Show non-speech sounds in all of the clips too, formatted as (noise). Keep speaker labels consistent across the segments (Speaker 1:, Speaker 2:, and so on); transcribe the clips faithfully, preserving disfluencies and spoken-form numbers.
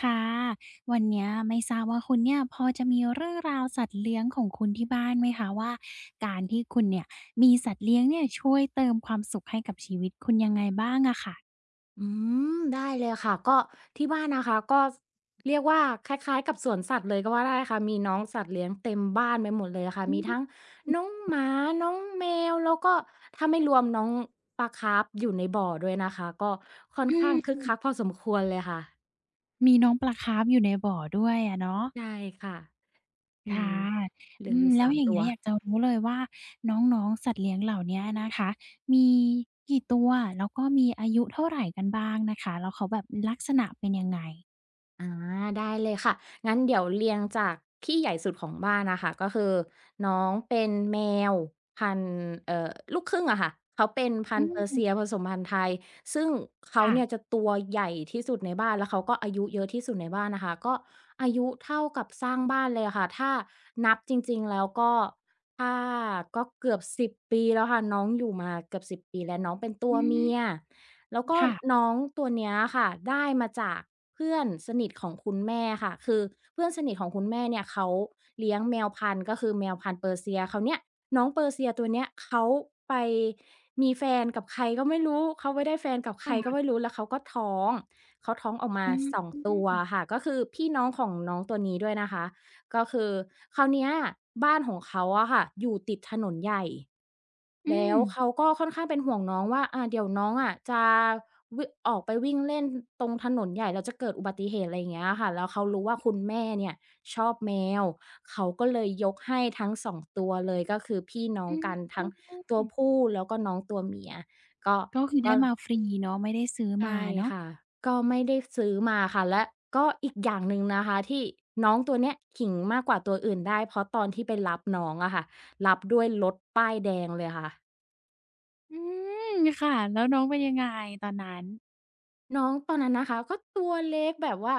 Speaker 1: ค่ะวันเนี้ยไม่ทราบว่าคุณเนี่ยพอจะมีเรื่องราวสัตว์เลี้ยงของคุณที่บ้านไหมคะว่าการที่คุณเนี่ยมีสัตว์เลี้ยงเนี่ยช่วยเติมความสุขให้กับชีวิตคุณยังไงบ้างอะค่ะ
Speaker 2: อืมได้เลยค่ะก็ที่บ้านนะคะก็เรียกว่าคล้ายๆกับสวนสัตว์เลยก็ว่าได้ค่ะมีน้องสัตว์เลี้ยงเต็มบ้านไปหมดเลยค่ะ
Speaker 1: อื
Speaker 2: มี
Speaker 1: ม
Speaker 2: ทั้งน้องหมาน้องแมวแล้วก็ถ้าไม่รวมน้องปลาคาร์ปอยู่ในบ่อด้วยนะคะก็ค่อน
Speaker 1: อื
Speaker 2: ข้างคึก
Speaker 1: ม
Speaker 2: คักพอสมควรเลยค่ะ
Speaker 1: มีน้องปลาคาร์ปอยู่ในบ่อด้วยอะเนาะ
Speaker 2: ใช่ค่ะมี
Speaker 1: ค่ะ
Speaker 2: เหลื
Speaker 1: อื
Speaker 2: ออ
Speaker 1: ม
Speaker 2: ยู่
Speaker 1: แล้ว
Speaker 2: สาม
Speaker 1: อย่าง
Speaker 2: ตั
Speaker 1: เงี้
Speaker 2: ว
Speaker 1: ยอยากจะรู้เลยว่าน้องๆสัตว์เลี้ยงเหล่าเนี้ยนะคะมีกี่ตัวแล้วก็มีอายุเท่าไรกันบ้างนะคะแล้วเขาแบบลักษณะเป็นยังไง
Speaker 2: อาได้เลยค่ะงั้นเดี๋ยวเรียงจากที่ใหญ่สุดของบ้านนะค่ะก็คือน้องเป็นแมวพันธุ์เอ่อลูกครึ่งอะค่ะเขาเป็นพั
Speaker 1: อื
Speaker 2: นธุ์เปอร์
Speaker 1: ม
Speaker 2: เซียผสมพันธุ์ไทยซึ่งเขา
Speaker 1: ค่ะ
Speaker 2: เนี่ยจะตัวใหญ่ที่สุดในบ้านแล้วเขาก็อายุเยอะที่สุดในบ้านนะคะก็อายุเท่ากับสร้างบ้านเลยอะค่ะถ้านับจริงๆแล้วก็ถ้าก็เกือบสิบปีแล้วค่ะน้องอยู่มาเกือบสิบปีแล้วน้องเป็นตัว
Speaker 1: อื
Speaker 2: เมีย
Speaker 1: ม
Speaker 2: แล้วก็
Speaker 1: ค่ะ
Speaker 2: น้องตัวเนี้ยค่ะได้มาจากเพื่อนสนิทของคุณแม่ค่ะคือเพื่อนสนิทของคุณแม่เนี่ยเขาเลี้ยงแมวพันธุ์ก็คือแมวพันธุ์เปอร์เซียคราวเนี้ยน้องเปอร์เซียตัวเนี้ยเขาไปมีแฟนกับใครก็ไม่รู้เขาไปได้แฟนกับใค
Speaker 1: ค่
Speaker 2: รก็
Speaker 1: ะ
Speaker 2: ไม่รู้แล้วเขาก็ท้องเขาท้องออกมา
Speaker 1: อืม
Speaker 2: สอง
Speaker 1: อื
Speaker 2: ตัวค่ะก็คือพี่น้องของน้องตัวนี้ด้วยนะคะก็คือคราวเนี้ยบ้านของเขาอะค่ะอยู่ติดถนนใหญ่
Speaker 1: ม
Speaker 2: แล้วเขาก็ค่อนข้างเป็นห่วงน้องว่าอ่าเดี๋ยวน้องอะจะวออกไปวิ่งเล่นตรงถนนใหญ่แล้วจะเกิดอุบัติเหตุอะไรอย่างเงี้ยค่ะแล้วเขารู้ว่าคุณแม่เนี่ยชอบแมวเขาก็เลยยกให้ทั้งสองตัวเลยก็คือพี่น้อง
Speaker 1: อืม
Speaker 2: กันทั้งตัวผู้แล้วก็น้องตัวเมียก็
Speaker 1: ก็คือได้
Speaker 2: ก็
Speaker 1: มาฟรีเนาะไม่ได้ซื้อมา
Speaker 2: ใช่
Speaker 1: เนาะ
Speaker 2: ค่ะก็ไม่ได้ซื้อมาค่ะและก็อีกอย่างหนึ่งนะคะที่น้องตัวเนี้ยขิงมากกว่าตัวอื่นได้เพราะตอนที่ไปรับน้องอะค่ะรับด้วยรถป้ายแดงเลยค่ะ
Speaker 1: อืมค่ะแล้วน้องเป็นยังไงตอนนั้น
Speaker 2: น้องตอนนั้นนะคะก็ตัวเล็กแบบว่า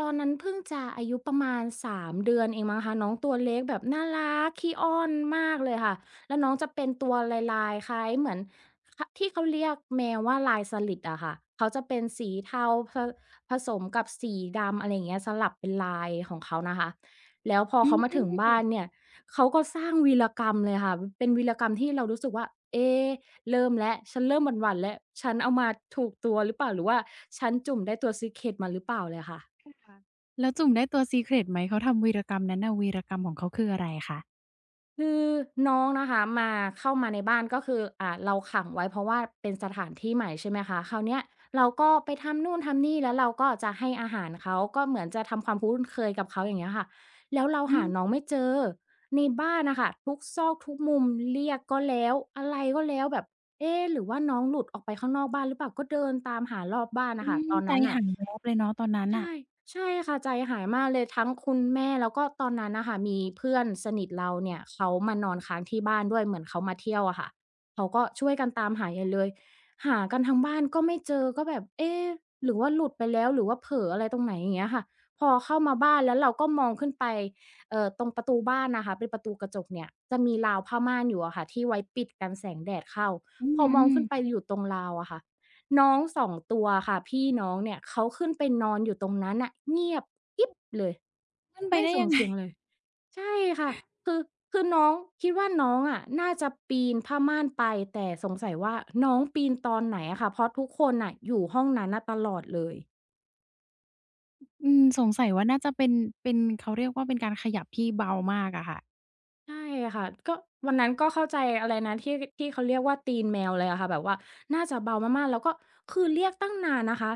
Speaker 2: ตอนนั้นเพิ่งจะอายุประมาณสามเดือนเองมั้งคะน้องตัวเล็กแบบน่ารักขี้อ้อนมากเลยค่ะแล้วน้องจะเป็นตัวลายๆคล้ายเหมือนคที่เขาเรียกแมวว่าลายสลิดอะค่ะเขาจะเป็นสีเทาผผสมกับสีดำอะไรอย่างเงี้ยสลับเป็นลายของเขานะคะแล้วพอ
Speaker 1: อื
Speaker 2: เขามา
Speaker 1: ม
Speaker 2: ถึงบ้านเนี่ยเขาก็สร้างวีรกรรมเลยค่ะเป็นวีรกรรมที่เรารู้สึกว่าเอ๊ เริ่มแล้ว ฉันเริ่มหวั่นๆแล้ว ฉันเอามาถูกตัวหรือเปล่าหรือว่าฉันจุ่มได้ตัว Secret มาหรือเปล่าเลยค่ะ
Speaker 1: ค่ะแล้วจุ่มได้ตัว Secret ไหมเขาทำวีรกรรมนั้นน่ะวีรกรรมของเขาคืออะไรคะ
Speaker 2: คือน้องนะคะมาเข้ามาในบ้านก็คืออ่าเราขังไว้เพราะว่าเป็นสถานที่ใหม่ใช่ไหมคะคราวเนี้ยเราก็ไปทำนู่นทำนี่แล้วเราก็จะให้อาหารเขาก็เหมือนจะทำความคุ้นเคยกับเขาอย่างเงี้ยค่ะแล้วเรา
Speaker 1: อื
Speaker 2: หา
Speaker 1: ม
Speaker 2: น้องไม่เจอในบ้านน่ะค่ะทุกซอกทุกมุมเรียกก็แล้วอะไรก็แล้วแบบเอ๊ะหรือว่าน้องหลุดออกไปข้างนอกบ้านหรือเปล่าก็เดินตามหารอบบ้าน
Speaker 1: อื
Speaker 2: น่ะค่ะ
Speaker 1: ม
Speaker 2: ตอน
Speaker 1: ใจ
Speaker 2: นั้นน่ะ
Speaker 1: หายแวบเลยเนาะตอนนั้นน่ะ
Speaker 2: ใช่ใช่ค่ะใจหายมากเลยทั้งคุณแม่แล้วก็ตอนนั้นน่ะค่ะมีเพื่อนสนิทเราเนี่ยเขามานอนค้างที่บ้านด้วยเหมือนเขามาเที่ยวอะค่ะเขาก็ช่วยกันตามหาใหญ่เลยหากันทั้งบ้านก็ไม่เจอก็แบบเอ๊ะหรือว่าหลุดไปแล้วหรือว่าเผลออะไรตรงไหนอย่างเงี้ยค่ะพอเข้ามาบ้านแล้วเราก็มองขึ้นไปเอ่อตรงประตูบ้านนะคะเป็นประตูกระจกเนี่ยจะมีราวผ้าม่านอยู่อะค่ะที่ไว้ปิดกันแสงแดดเข้า
Speaker 1: อื
Speaker 2: พอมองขึ้นไป
Speaker 1: ม
Speaker 2: อยู่ตรงราวอะค่ะ น้องสองตัวค่ะพี่น้องเนี่ยเขาขึ้นไปนอนอยู่ตรงนั้นน่ะเงียบกิ๊บเลย
Speaker 1: ๆขึ้นไป
Speaker 2: ไม่
Speaker 1: ได้
Speaker 2: ส่
Speaker 1: ยั
Speaker 2: ง
Speaker 1: งไง
Speaker 2: เสียงเลยใช่ค่ะคือคือน้องคิดว่าน้องอะน่าจะปีนผ้าม่านไปแต่สงสัยว่าน้องปีนตอนไหนอะค่ะเพราะทุกคนน่ะอยู่ห้องนั้นน่ะตลอดเลย
Speaker 1: อืมสงสัยว่าน่าจะเป็นเป็นเขาเรียกว่าเป็นการขยับที่เบามากอะค่ะ
Speaker 2: ใช่ค่ะก็วันนั้นก็เข้าใจอะไรนะที่ที่เขาเรียกว่าตีนแมวเลยอะค่ะแบบว่าน่าจะเบามากๆแล้วก็คือเรียกตั้งนานนะคะ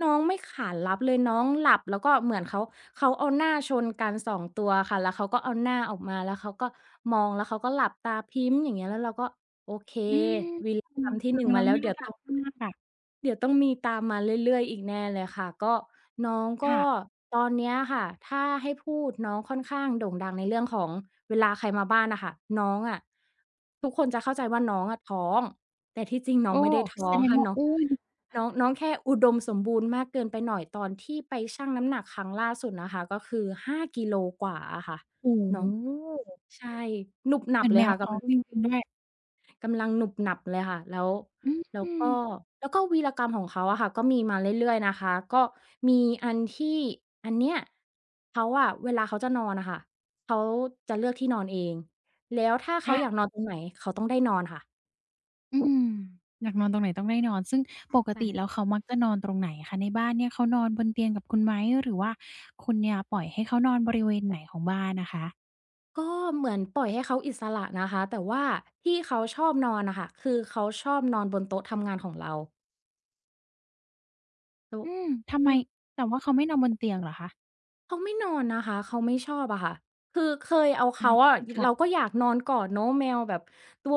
Speaker 2: น้องไม่ขานรับเลยน้องหลับแล้วก็เหมือนเขาเขาเอาหน้าชนกันสองตัวค่ะแล้วเขาก็เอาหน้าออกมาแล้วเขาก็มองแล้วเขาก็หลับตาพริ้มอย่างเงี้ยแล้วเราก็โอเค
Speaker 1: อืม
Speaker 2: วีรกรรมที่ห
Speaker 1: ฟั
Speaker 2: นึ่
Speaker 1: ง
Speaker 2: งมา
Speaker 1: แล้ว
Speaker 2: แล้ว
Speaker 1: น่า
Speaker 2: เดี๋ยว
Speaker 1: รั
Speaker 2: ต้อ
Speaker 1: ก
Speaker 2: ง
Speaker 1: มากอะ
Speaker 2: เดี๋ยวต้องมีตามมาเรื่อยๆอีกแน่เลยค่ะก็น้องก็
Speaker 1: ค่ะ
Speaker 2: ตอนเนี้ยค่ะถ้าให้พูดน้องค่อนข้างโด่งดังในเรื่องของเวลาใครมาบ้านน่ะค่ะน้องอะทุกคนจะเข้าใจว่าน้องอะท้องแต่ที่จริงน้อ
Speaker 1: โอ้
Speaker 2: งไม่ได้ท้
Speaker 1: แส
Speaker 2: อง
Speaker 1: ดง
Speaker 2: ค่ะ
Speaker 1: ว่า
Speaker 2: น้อง
Speaker 1: อ้วน
Speaker 2: น้องน้องแค่อุดมสมบูรณ์มากเกินไปหน่อยตอนที่ไปชั่งน้ำหนักครั้งล่าสุดนะคะก็คือห้ากิโลกว่าอะค่ะ
Speaker 1: โอ้
Speaker 2: น้
Speaker 1: โฮ
Speaker 2: องใช่หนุบห
Speaker 1: เห
Speaker 2: นั
Speaker 1: มื
Speaker 2: บ
Speaker 1: อน
Speaker 2: เล
Speaker 1: แม
Speaker 2: ย
Speaker 1: ว
Speaker 2: ค่ะ
Speaker 1: ท้องจ
Speaker 2: กำ
Speaker 1: ริงๆด้วย
Speaker 2: กำลังหนุบหนับเลยค่ะแล้วแล้ว
Speaker 1: อื
Speaker 2: ก็
Speaker 1: ม
Speaker 2: แล้วก็วีรกรรมของเขาอะค่ะก็มีมาเรื่อยๆนะคะก็มีอันที่อันเนี้ยเขาอะเวลาเขาจะนอนน่ะค่ะเขาจะเลือกที่นอนเองแล้วถ้าเขาอยากนอ
Speaker 1: ค่ะ
Speaker 2: นตรงไหนเขาต้องได้นอนค่ะ
Speaker 1: อืมอยากนอนตรงไหนต้องได้นอนซึ่งปกติแล้ว
Speaker 2: ใช่
Speaker 1: เขามักจะนอนตรงไหนคะในบ้านเนี่ยเขานอนบนเตียงกับคุณไหมหรือว่าคุณเนี่ยปล่อยให้เขานอนบริเวณไหนของบ้านนะคะ
Speaker 2: ก็เหมือนปล่อยให้เขาอิสระนะคะแต่ว่าที่เขาชอบนอนน่ะค่ะคือเขาชอบนอนบนโต๊ะทำงานของเรา
Speaker 1: อื
Speaker 2: โต๊ะ
Speaker 1: มทำไม
Speaker 2: ซึ่ง
Speaker 1: แต่ว่าเขาไม่นอนบนเตียงเหรอคะ
Speaker 2: เขาไม่นอนนะคะเขาไม่ชอบอะค่ะคือเคยเอา
Speaker 1: อ
Speaker 2: เขาอะ
Speaker 1: าค่ะ
Speaker 2: เราก็อยากนอนกอดเนาะแมวแบบตัว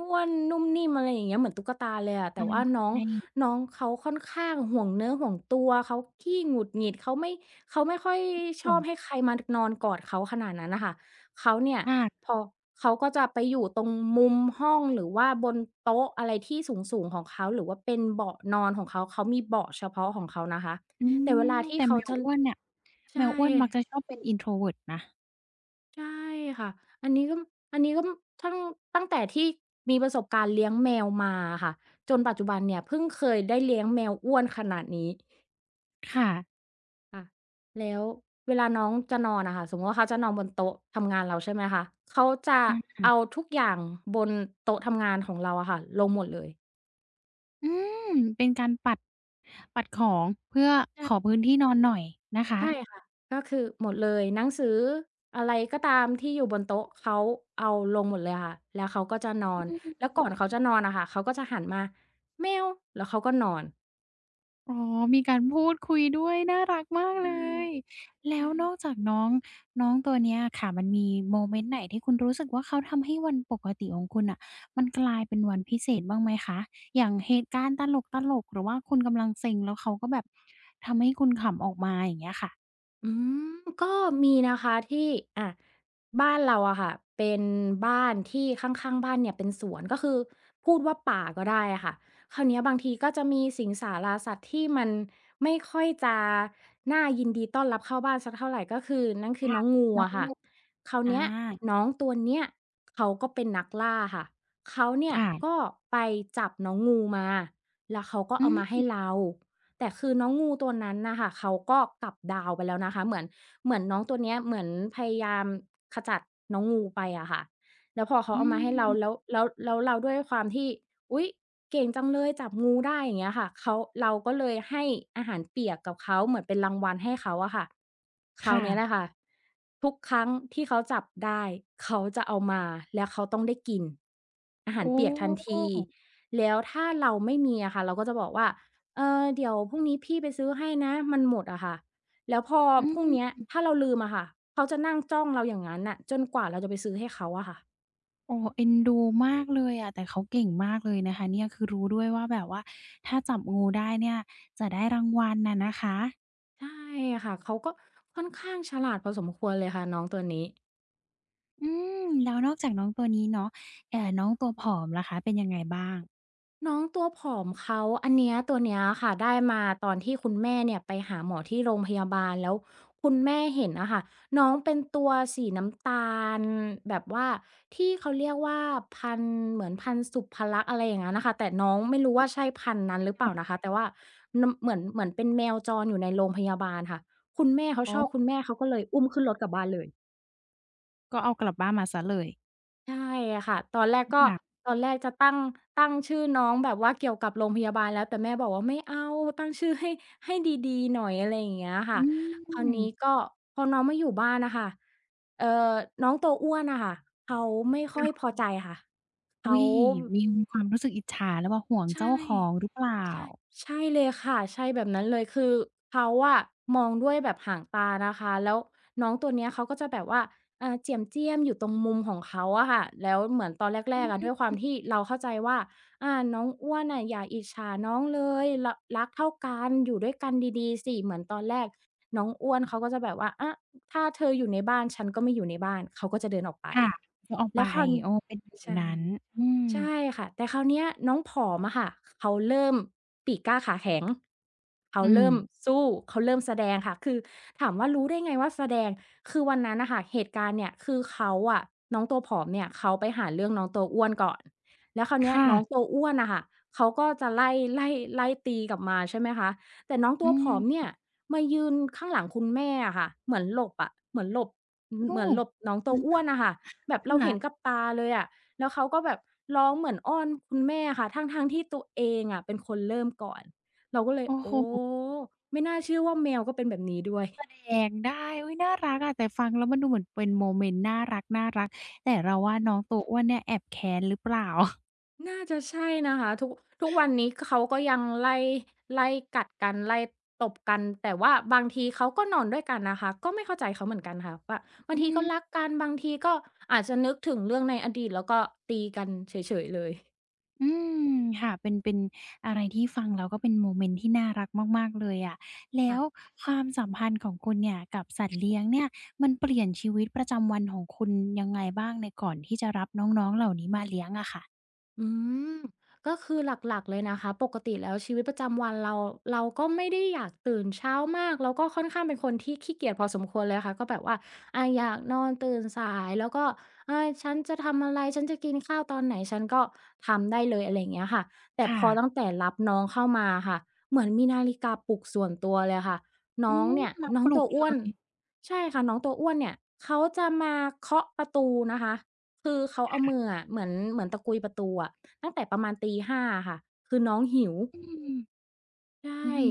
Speaker 2: อ้วนๆนุ่มนิ่มอะไรอย่างเงี้ยเหมือนตุ๊กตาเลยอะแต่
Speaker 1: อา
Speaker 2: ว่าน้อง
Speaker 1: ใน
Speaker 2: น้องเขาค่อนข้างห่วงเนื้อห่วงตัวเขาขี้หงุดหงิดเขาไม่เขาไม่ค่อยช
Speaker 1: ส่
Speaker 2: อบให้
Speaker 1: น
Speaker 2: ใครมานอนกอดเขาขนาดนั้นน่ะค่ะเขาเนี่ย
Speaker 1: ค่ะ
Speaker 2: พอเขาก็จะไปอยู่ตรงมุมห้องหรือว่าบนโต๊ะอะไรที่สูงๆของเขาหรือว่าเป็นเบาะนอนของเขาเขามีเบาะเฉพาะของเขานะคะ
Speaker 1: อื
Speaker 2: แต่
Speaker 1: ม
Speaker 2: เวลาที่
Speaker 1: แต่
Speaker 2: เขา
Speaker 1: แมว
Speaker 2: จะ
Speaker 1: อ้วนเนี่ยแม
Speaker 2: ใช่
Speaker 1: วอ้วนมักจะชอบเป็น introvert นะ
Speaker 2: ใช่ค่ะอันนี้ก็อันนี้ก็ตั้งตั้งแต่ที่มีประสบการณ์เลี้ยงแมวมาอะค่ะจนปัจจุบันเนี่ยเพิ่งเคยได้เลี้ยงแมวอ้วนขนาดนี้
Speaker 1: ค่ะ
Speaker 2: ค่ะแล้วเวลาน้องจะนอนอะค่ะสมมุติว่าเขาจะนอนบนโต๊ะทำงานเราใช่ไหมคะเขาจะ
Speaker 1: อ
Speaker 2: เอา
Speaker 1: า
Speaker 2: ทุกอย่างบนโต๊ะทำงานของเราอะค่ะลงหมดเลย
Speaker 1: อืมเป็นการปัดปัดของเพื่อ
Speaker 2: ใช
Speaker 1: ขอ
Speaker 2: ่
Speaker 1: พื้นที่นอนหน่อยนะคะ
Speaker 2: ใช่ค่ะก็คือหมดเลยหนังสืออะไรก็ตามที่อยู่บนโต๊ะเขาเอาลงหมดเลยค่ะแล้วเขาก็จะนอน
Speaker 1: อ
Speaker 2: แล้วก่อนเขาจะนอนอะค่ะเขาก็จะหันมาแมวแล้วเขาก็นอน
Speaker 1: ๋อมีการพูดคุยด้วยน่ารักมาก
Speaker 2: ใช่
Speaker 1: เลยแล้ว
Speaker 2: ใช่
Speaker 1: นอกจากน้องน้องตัวเนี้ยค่ะ มันมีโมเมนต์ไหนที่คุณรู้สึกว่าเขาทำให้วันปกติของคุณน่ะมันกลายเป็นวันพิเศษบ้างไหมคะอย่างเหตุการณ์ตลกๆหรือว่าคุณกำลังเซ็งแล้วเขาก็แบบทำให้คุณขำออกมาอย่างเงี้ยค่ะ
Speaker 2: อืมก็มีนะคะที่อ่ะบ้านเราอะค่ะเป็นบ้านที่ข้างๆบ้านเนี่ยเป็นสวนก็คือพูดว่าป่าก็ได้อะค่ะคราวเนี้ยบางทีก็จะมีสิงสาราสัตว์ที่มันไม่ค่อยจะน่ายินดีต้อนรับเข้าบ้านสักเท่าไรก็คือนั่นคือ
Speaker 1: ค่ะ
Speaker 2: น้องงู
Speaker 1: น้อง
Speaker 2: อะค่ะ
Speaker 1: (unintelligible)
Speaker 2: คราว
Speaker 1: อืมอา
Speaker 2: เนี้ยน้องตัวเนี้ยเขาก็เป็นนักล่าค่ะเขาเนี่ย
Speaker 1: ค่ะ
Speaker 2: ก็ไปจับน้องงูมาแล้วเขาก็
Speaker 1: อื
Speaker 2: เอามาให้
Speaker 1: ม
Speaker 2: เรา แต่คือน้องงูตัวนั้นน่ะค่ะเขาก็กลับดาวไปแล้วนะคะเหมือนเหมือนน้องตัวเนี้ยเหมือนพยายามขจัดน้องงูไปอะค่ะแล้วพอเขา
Speaker 1: อื
Speaker 2: เอามาให้เรา
Speaker 1: ม
Speaker 2: แล้วแล้วแล้วเราด้วยความที่อุ๊ยเก่งจังเลยจับงูได้อย่างเงี้ยค่ะเขาเราก็เลยให้อาหารเปียกกับเขาเหมือนเป็นรางวัลให้เขาอะค่ะคราว
Speaker 1: ค่ะ
Speaker 2: เนี้ยแหละค่ะทุกครั้งที่เขาจับได้เขาจะเอามาแล้วเขาต้องได้กินอาหา
Speaker 1: โอ
Speaker 2: รเปียกทัน
Speaker 1: ้
Speaker 2: ทีแล้วถ้าเราไม่มีอะค่ะเราก็จะบอกว่า เออเดี๋ยวพรุ่งนี้พี่ไปซื้อให้นะมันหมดอะค่ะแล้วพอ
Speaker 1: อื
Speaker 2: พรุ่งเนี้
Speaker 1: ม
Speaker 2: ยถ้าเราลืมอะค่ะเขาจะนั่งจ้องเราอย่างงั้นน่ะจนกว่าเราจะไปซื้อให้เขาอะค่ะ
Speaker 1: โอ้เอ็นดูมากเลยอะ แต่เขาเก่งมากเลยนะคะเนี่ยคือรู้ด้วยว่าแบบว่าถ้าจับงูได้เนี่ยจะได้รางวัลน่ะนะคะ
Speaker 2: ใช่ค่ะเขาก็ค่อนข้างฉลาดพอสมควรเลยค่ะน้องตัวนี้
Speaker 1: อืม แล้วนอกจากน้องตัวนี้เนาะเอ่อน้องตัวผอมล่ะคะเป็นยังไงบ้าง
Speaker 2: น้องตัวผอมเขาอันเนี้ยตัวเนี้ยค่ะได้มาตอนที่คุณแม่เนี่ยไปหาหมอที่โรงพยาบาลแล้วคุณแม่เห็นอะค่ะน้องเป็นตัวสีน้ำตาลแบบว่าที่เขาเรียกว่าพันธุ์เหมือนพันธุ์สุภลักษณ์อะไรอย่างงั้นน่ะค่ะแต่น้องไม่รู้ว่าใช่พันธุ์นั้นหรือ
Speaker 1: ค
Speaker 2: เป
Speaker 1: รั
Speaker 2: ล่า
Speaker 1: บ
Speaker 2: นะคะแต่ว่านเหมือนเหมือนเป็นแมวจรอยู่ในโรงพยาบาลค่ะคุณแม่เขา
Speaker 1: อ๋
Speaker 2: ช
Speaker 1: อ
Speaker 2: อบคุณแม่เขาก็เลยอุ้มขึ้นรถกลับบ้านเลย
Speaker 1: ก็เอากลับบ้านมาเสียเลย
Speaker 2: ใช่ค่ะตอนแรกก็
Speaker 1: ค่ะ
Speaker 2: ตอนแรกจะตั้งตั้งชื่อน้องแบบว่าเกี่ยวกับโรงพยาบาลแล้วแต่แม่บอกว่าไม่เอาตั้งชื่อให้ให้ดีๆหน่อยอะไรอย่างเงี้ยค่ะ
Speaker 1: อื
Speaker 2: คราว
Speaker 1: ม
Speaker 2: นี้ก็พอน้องมาอยู่บ้านน่ะค่ะเอ่อน้องตัวอ้วนน่ะค่ะเขาไม่ค่อยพอใจค่ะ
Speaker 1: อุ๊
Speaker 2: เขา
Speaker 1: ยมีมีความรู้สึกอิจฉาหรือเปล่าห่วงเจ้า
Speaker 2: ใช่
Speaker 1: ของหรือเปล่า
Speaker 2: ใช่ใช่เลยค่ะใช่แบบนั้นเลยคือเขาอะมองด้วยแบบหางตานะคะแล้วน้องตัวเนี้ยเขาก็จะแบบว่าอ่าเจียมเจี้ยมอยู่ตรงมุมของเขาอะค่ะแล้วเหมือนตอนแรกๆอะด้วยความที่เราเข้าใจว่าอ่าน้องอ้วนน่ะอย่าอิจฉาน้องเลยรรักเท่ากันอยู่ด้วยกันดีๆสิเหมือนตอนแรกน้องอ้วนเขาก็จะแบบว่าอะถ้าเธออยู่ในบ้านฉันก็ไม่อยู่ในบ้านเขาก็จะเดินออกไป
Speaker 1: ค่ะก็เอาไป
Speaker 2: แล้วคราว
Speaker 1: โอ้เป็นแบบ
Speaker 2: ใช่
Speaker 1: นั้นอืม
Speaker 2: ใช่ค่ะแต่คราวเนี้ยน้องผอมอะค่ะเขาเริ่มปีกกล้าขาแข็งเขา
Speaker 1: อืม
Speaker 2: เริ่มสู้เขาเริ่มแสดงค่ะคือถามว่ารู้ได้ไงว่าแสดงคือวันนั้นน่ะค่ะเหตุการณ์เนี่ยคือเขาอะน้องตัวผอมเนี่ยเขาไปหาเรื่องน้องตัวอ้วนก่อนแล้วคราวเนี้ยน้อง
Speaker 1: ค่ะ
Speaker 2: ตัวอ้วนน่ะค่ะเขาก็จะไล่ไล่ไล่ตีกลับมาใช่ไหมคะแต่น้องตั
Speaker 1: อื
Speaker 2: วผ
Speaker 1: ม
Speaker 2: อมเนี่ยมายืนข้างหลังคุณแม่อะค่ะเหมือนหลบอะเหมือนหลบ
Speaker 1: โอ้
Speaker 2: เหมือนหลบน้องตั
Speaker 1: อื
Speaker 2: ว
Speaker 1: ม
Speaker 2: อ้วนน่ะค่ะแบบเรา
Speaker 1: ค่ะ
Speaker 2: เห็นกับตาเลยอะ แล้วเขาก็แบบร้องเหมือนอ้อนคุณแม่ค่ะทั้งๆที่ตัวเองอะเป็นคนเริ่มก่อนเราก็เลย
Speaker 1: โอ้โฮ
Speaker 2: โอ้ไม่น่าเชื่อว่าแมวก็เป็นแบบนี้ด้วย
Speaker 1: แกงได้อุ๊ยน่ารักอะแต่ฟังแล้วมันดูเหมือนเป็นโมเมนต์น่ารักๆแต่เราว่าน้องตัวอ้วนเนี่ยแอบแค้นหรือเปล่า
Speaker 2: น่าจะใช่นะคะทุกทุกวันนี้กเขาก็ยังไล่ไล่กัดกันไล่ตบกันแต่ว่าบางทีเขาก็นอนด้วยกันนะคะก็ไม่เข้าใจเขาเหมือนกันค่ะว่า
Speaker 1: (laughs)
Speaker 2: บาง
Speaker 1: อื
Speaker 2: ทีก็รัก
Speaker 1: ม
Speaker 2: กันบางทีก็อาจจะนึกถึงเรื่องในอดีตแล้วก็ตีกันเฉยๆเลย
Speaker 1: อืมค่ะเป็นเป็นอะไรที่ฟังแล้วก็เป็นโมเมนต์ที่น่ารักมากๆเลยอะแล้ว
Speaker 2: ค่ะ
Speaker 1: ความสัมพันธ์ของคุณเนี่ยกับสัตว์เลี้ยงเนี่ยมันเปลี่ยนชีวิตประจำวันของคุณยังไงบ้างในก่อนที่จะรับน้องๆเหล่านี้มาเลี้ยงอะค่ะ
Speaker 2: อืมก็คือหลักๆเลยนะคะปกติแล้วชีวิตประจำวันเราเราก็ไม่ได้อยากตื่นเช้ามากแล้วก็ค่อนข้างเป็นคนที่ขี้เกียจพอสมควรเลยค่ะก็แบบว่าอาอยากนอนตื่นสายแล้วก็อาฉันจะทำอะไรฉันจะกินข้าวตอนไหนฉันก็ทำได้เลยอะไรอย่างเงี้ยค่ะแต่พ
Speaker 1: ค่ะ
Speaker 2: อตั้งแต่รับน้องเข้ามาค่ะเหมือนมีนาฬิกาปลุกส่วนตัวเลยค่ะ
Speaker 1: อื
Speaker 2: น้อง
Speaker 1: ม
Speaker 2: เนี่ย
Speaker 1: รับ
Speaker 2: น้อ
Speaker 1: ป
Speaker 2: ง
Speaker 1: ลู
Speaker 2: ตั
Speaker 1: ก
Speaker 2: ว
Speaker 1: เล
Speaker 2: อ้วน
Speaker 1: ย
Speaker 2: ใช่ค่ะน้องตัวอ้วนเนี่ยเขาจะมาเคาะประตูนะคะ คือเขาเอามืออะเหมือนเหมือนตะกุยประตูอะตั้งแต่ประมาณตีห้าอะค่ะคือน้องหิว
Speaker 1: อืม
Speaker 2: ใช่
Speaker 1: อื้อฮื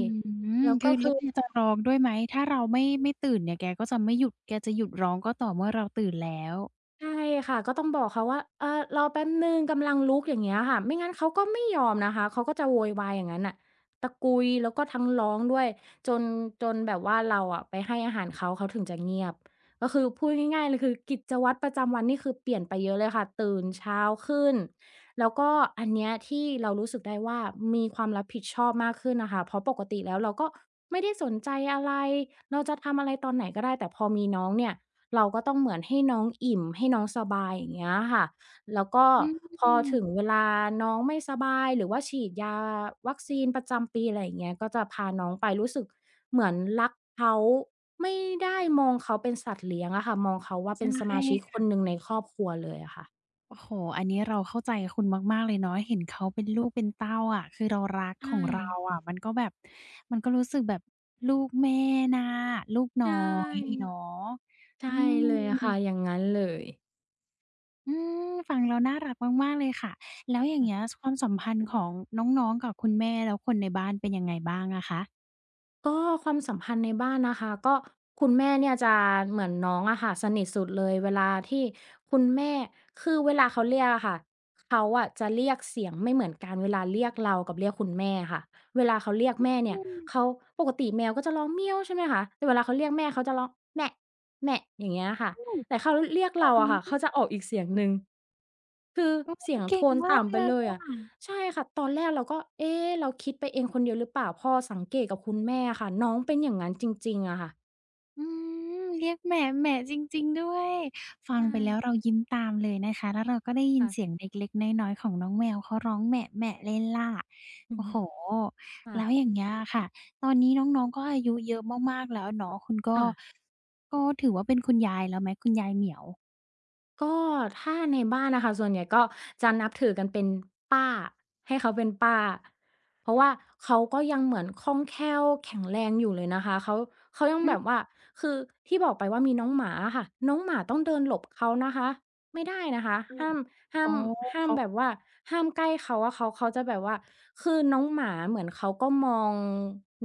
Speaker 1: อ
Speaker 2: แล้ว
Speaker 1: คื
Speaker 2: ก็
Speaker 1: อแล้
Speaker 2: คื
Speaker 1: ว
Speaker 2: อ
Speaker 1: แกจะร้องด้วยไหม ถ้าเราไม่ไม่ตื่นเนี่ยแกก็จะไม่หยุดแกจะหยุดร้องก็ต่อเมื่อเราตื่นแล้ว
Speaker 2: ใช่ค่ะก็ต้องบอกเขาว่าเออรอแป๊บหนึ่งกำลังลุกอย่างเงี้ยค่ะไม่งั้นเขาก็ไม่ยอมนะคะเขาก็จะโวยวายอย่างงั้นน่ะตะกุยแล้วก็ทั้งร้องด้วยจนจนแบบว่าเราอะไปให้อาหารเขาเขาถึงจะเงียบก็คือพูดง่ายๆเลยคือกิจวัตรประจำวันนี่คือเปลี่ยนไปเยอะเลยค่ะตื่นเช้าขึ้นแล้วก็อันเนี้ยที่เรารู้สึกได้ว่ามีความรับผิดชอบมากขึ้นน่ะค่ะเพราะปกติแล้วเราก็ไม่ได้สนใจอะไรเราจะทำอะไรตอนไหนก็ได้แต่พอมีน้องเนี่ย เราก็ต้องเหมือนให้น้องอิ่มให้น้องสบายอย่างเงี้ยค่ะแล้วก็
Speaker 1: อืม
Speaker 2: พ
Speaker 1: ใ
Speaker 2: อถึงเวลาน้องไม่สบายหรือว่าฉีดยาวัคซีนประจำปีอะไรอย่างเงี้ยก็จะพาน้องไปรู้สึกเหมือนรักเขาไม่ได้มองเขาเป็นสัตว์เลี้ยงอะค่ะมองเขาว่าเป็
Speaker 1: ช่
Speaker 2: นสมาชิกคนห
Speaker 1: ค่ะ
Speaker 2: นึ่งในครอบครัวเลยอะค่ะ
Speaker 1: โอ้โฮอันนี้เราเข้าใจคุณมากๆเลยเนาะเห็นเขาเป็นลูกเป็นเต้าอะคือเรารักข
Speaker 2: ใช่
Speaker 1: องเราอะมันก็แบบมันก็รู้สึกแบบลูกแม่น่ะลูกน้
Speaker 2: ใช
Speaker 1: อย
Speaker 2: ่
Speaker 1: เนาะอื
Speaker 2: ใช่
Speaker 1: ม
Speaker 2: เลย
Speaker 1: อื
Speaker 2: ค่ะอ
Speaker 1: ม
Speaker 2: ย่างงั้นเลย
Speaker 1: ฟังแล้วน่ารักมากๆเลยค่ะแล้วอย่างเงี้ยความสัมพันธ์ของน้องๆกับคุณแม่แล้วคนในบ้านเป็นยังไงบ้างอะคะ
Speaker 2: ก็ความสัมพันธ์ในบ้านนะคะก็คุณแม่เนี่ยจะเหมือนน้องอะค่ะสนิทสุดเลยเวลาที่คุณแม่คือเวลาเขาเรียกอะค่ะเขาอะจะเรียกเสียงไม่เหมือนกันเวลาเรียกเรากับเรียกคุณแม่ค่ะเวลาเขาเรียกแม่เนี่ยเขาปกติแมวก็จะร้องเมี้ยวใช่ไหมคะแต่เวลาเขาเรียกแม่เขาจะร้องแมะแมะอย่างเงี้ยค่ะแต่เขาเรียก
Speaker 1: ตอ
Speaker 2: เรา
Speaker 1: น
Speaker 2: อะ
Speaker 1: นั้
Speaker 2: ค่ะ
Speaker 1: น
Speaker 2: เขาจะออกอีกเสียงหนึ่งคือ
Speaker 1: อุ๊ย
Speaker 2: เสียง
Speaker 1: เก่
Speaker 2: โท
Speaker 1: ง
Speaker 2: น
Speaker 1: มาก
Speaker 2: ต่ำไป
Speaker 1: เล
Speaker 2: เล
Speaker 1: ย
Speaker 2: ยอะ ใช่ค่ะตอนแรกเราก็เอ๊ะเราคิดไปเองคนเดียวหรือเปล่าพอสังเกตกับคุณแม่อะค่ะน้องเป็นอย่างงั้นจริงๆอะค่ะ
Speaker 1: อืมเรียกแหม่แหม่จริงๆด้วย ฟัง
Speaker 2: ใช่
Speaker 1: ไปแล้วเรายิ้มตามเลยนะคะแล้วเราก็ได้ยินเสียง
Speaker 2: ค่ะ
Speaker 1: เล็กๆน้อยๆของน้องแมวเขาร้องแหม่แหม่เล่นล่า
Speaker 2: อือ
Speaker 1: โอ้
Speaker 2: ฮึ
Speaker 1: โฮ
Speaker 2: ค่ะ
Speaker 1: แล้วอย่างเงี้ยอะค่ะตอนนี้น้องๆก็อายุเยอะมากๆแล้วเนาะคุณก็
Speaker 2: ค่ะ
Speaker 1: ก็ถือว่าเป็นคุณยายแล้วไหมคุณยายเหมียว
Speaker 2: ก็ถ้าในบ้านน่ะค่ะส่วนใหญ่ก็จะนับถือกันเป็นป้าให้เขาเป็นป้าเพราะว่าเขาก็ยังเหมือนคล่องแคล่วแข็งแรงอยู่เลยนะคะเขาเขายังแบบ
Speaker 1: อ
Speaker 2: ว่าคือที่บอกไปว่ามีน้องหมาอะค่ะน้องหมาต้องเดินหลบเขานะคะไม่ได้นะคะ
Speaker 1: อืม
Speaker 2: ห้าม ห้า
Speaker 1: อ๋อ
Speaker 2: มห้าม
Speaker 1: เขา
Speaker 2: แบบว่าห้ามใกล้เขาอะเขาเขาจะแบบว่าคือน้องหมาเหมือนเขาก็มอง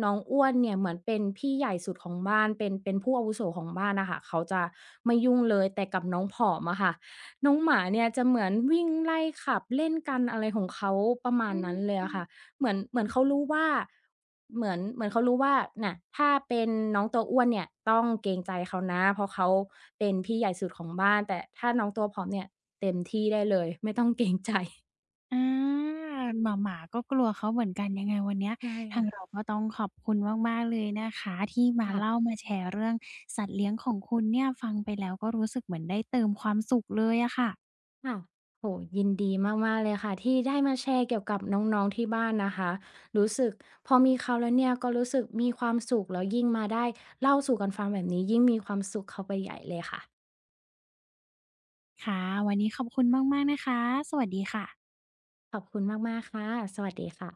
Speaker 2: น้องอ้วนเนี่ยเหมือนเป็นพี่ใหญ่สุดของบ้านเป็นเป็นผู้อาวุโสของบ้านน่ะค่ะเขาจะไม่ยุ่งเลยแต่กับน้องผอมอะค่ะน้องหมาเนี่ยจะเหมือนวิ่งไล่ขับเล่นกันอะไรของเขาประมาณ
Speaker 1: อื
Speaker 2: นั้นเล
Speaker 1: ม
Speaker 2: ยอะค่ะ เหมือนเหมือนเขารู้ว่าเหมือนเหมือนเขารู้ว่าน่ะถ้าเป็นน้องตัวอ้วนเนี่ยต้องเกรงใจเขานะเพราะเขาเป็นพี่ใหญ่สุดของบ้าน แต่ถ้าน้องตัวผอมเนี่ยเต็มที่ได้เลยไม่ต้องเกรงใจ
Speaker 1: อาหมาหมาก็กลัวเขาเหมือนกันยังไงวันเนี้ย
Speaker 2: ใช่
Speaker 1: ทาง
Speaker 2: ค่ะ
Speaker 1: เราก็ต้องขอบคุณมากๆเลยนะคะที่มาเล่า
Speaker 2: ค่ะ
Speaker 1: มาแชร์เรื่องสัตว์เลี้ยงของคุณเนี่ยฟังไปแล้วก็รู้สึกเหมือนได้เติมความสุขเลยอะค่ะ
Speaker 2: ค่ะโอ้โฮยินดีมากๆเลยค่ะที่ได้มาแชร์เกี่ยวกับน้องๆที่บ้านนะคะรู้สึกพอมีเขาแล้วเนี่ยก็รู้สึกมีความสุขแล้วยิ่งมาได้เล่าสู่กันฟังแบบนี้ยิ่งมีความสุขเข้าไปใหญ่เลยค่ะ
Speaker 1: ค่ะวันนี้ขอบคุณมากๆนะคะสวัสดีค่ะ
Speaker 2: ขอบคุณมากๆค่ะสวัสดีค่ะ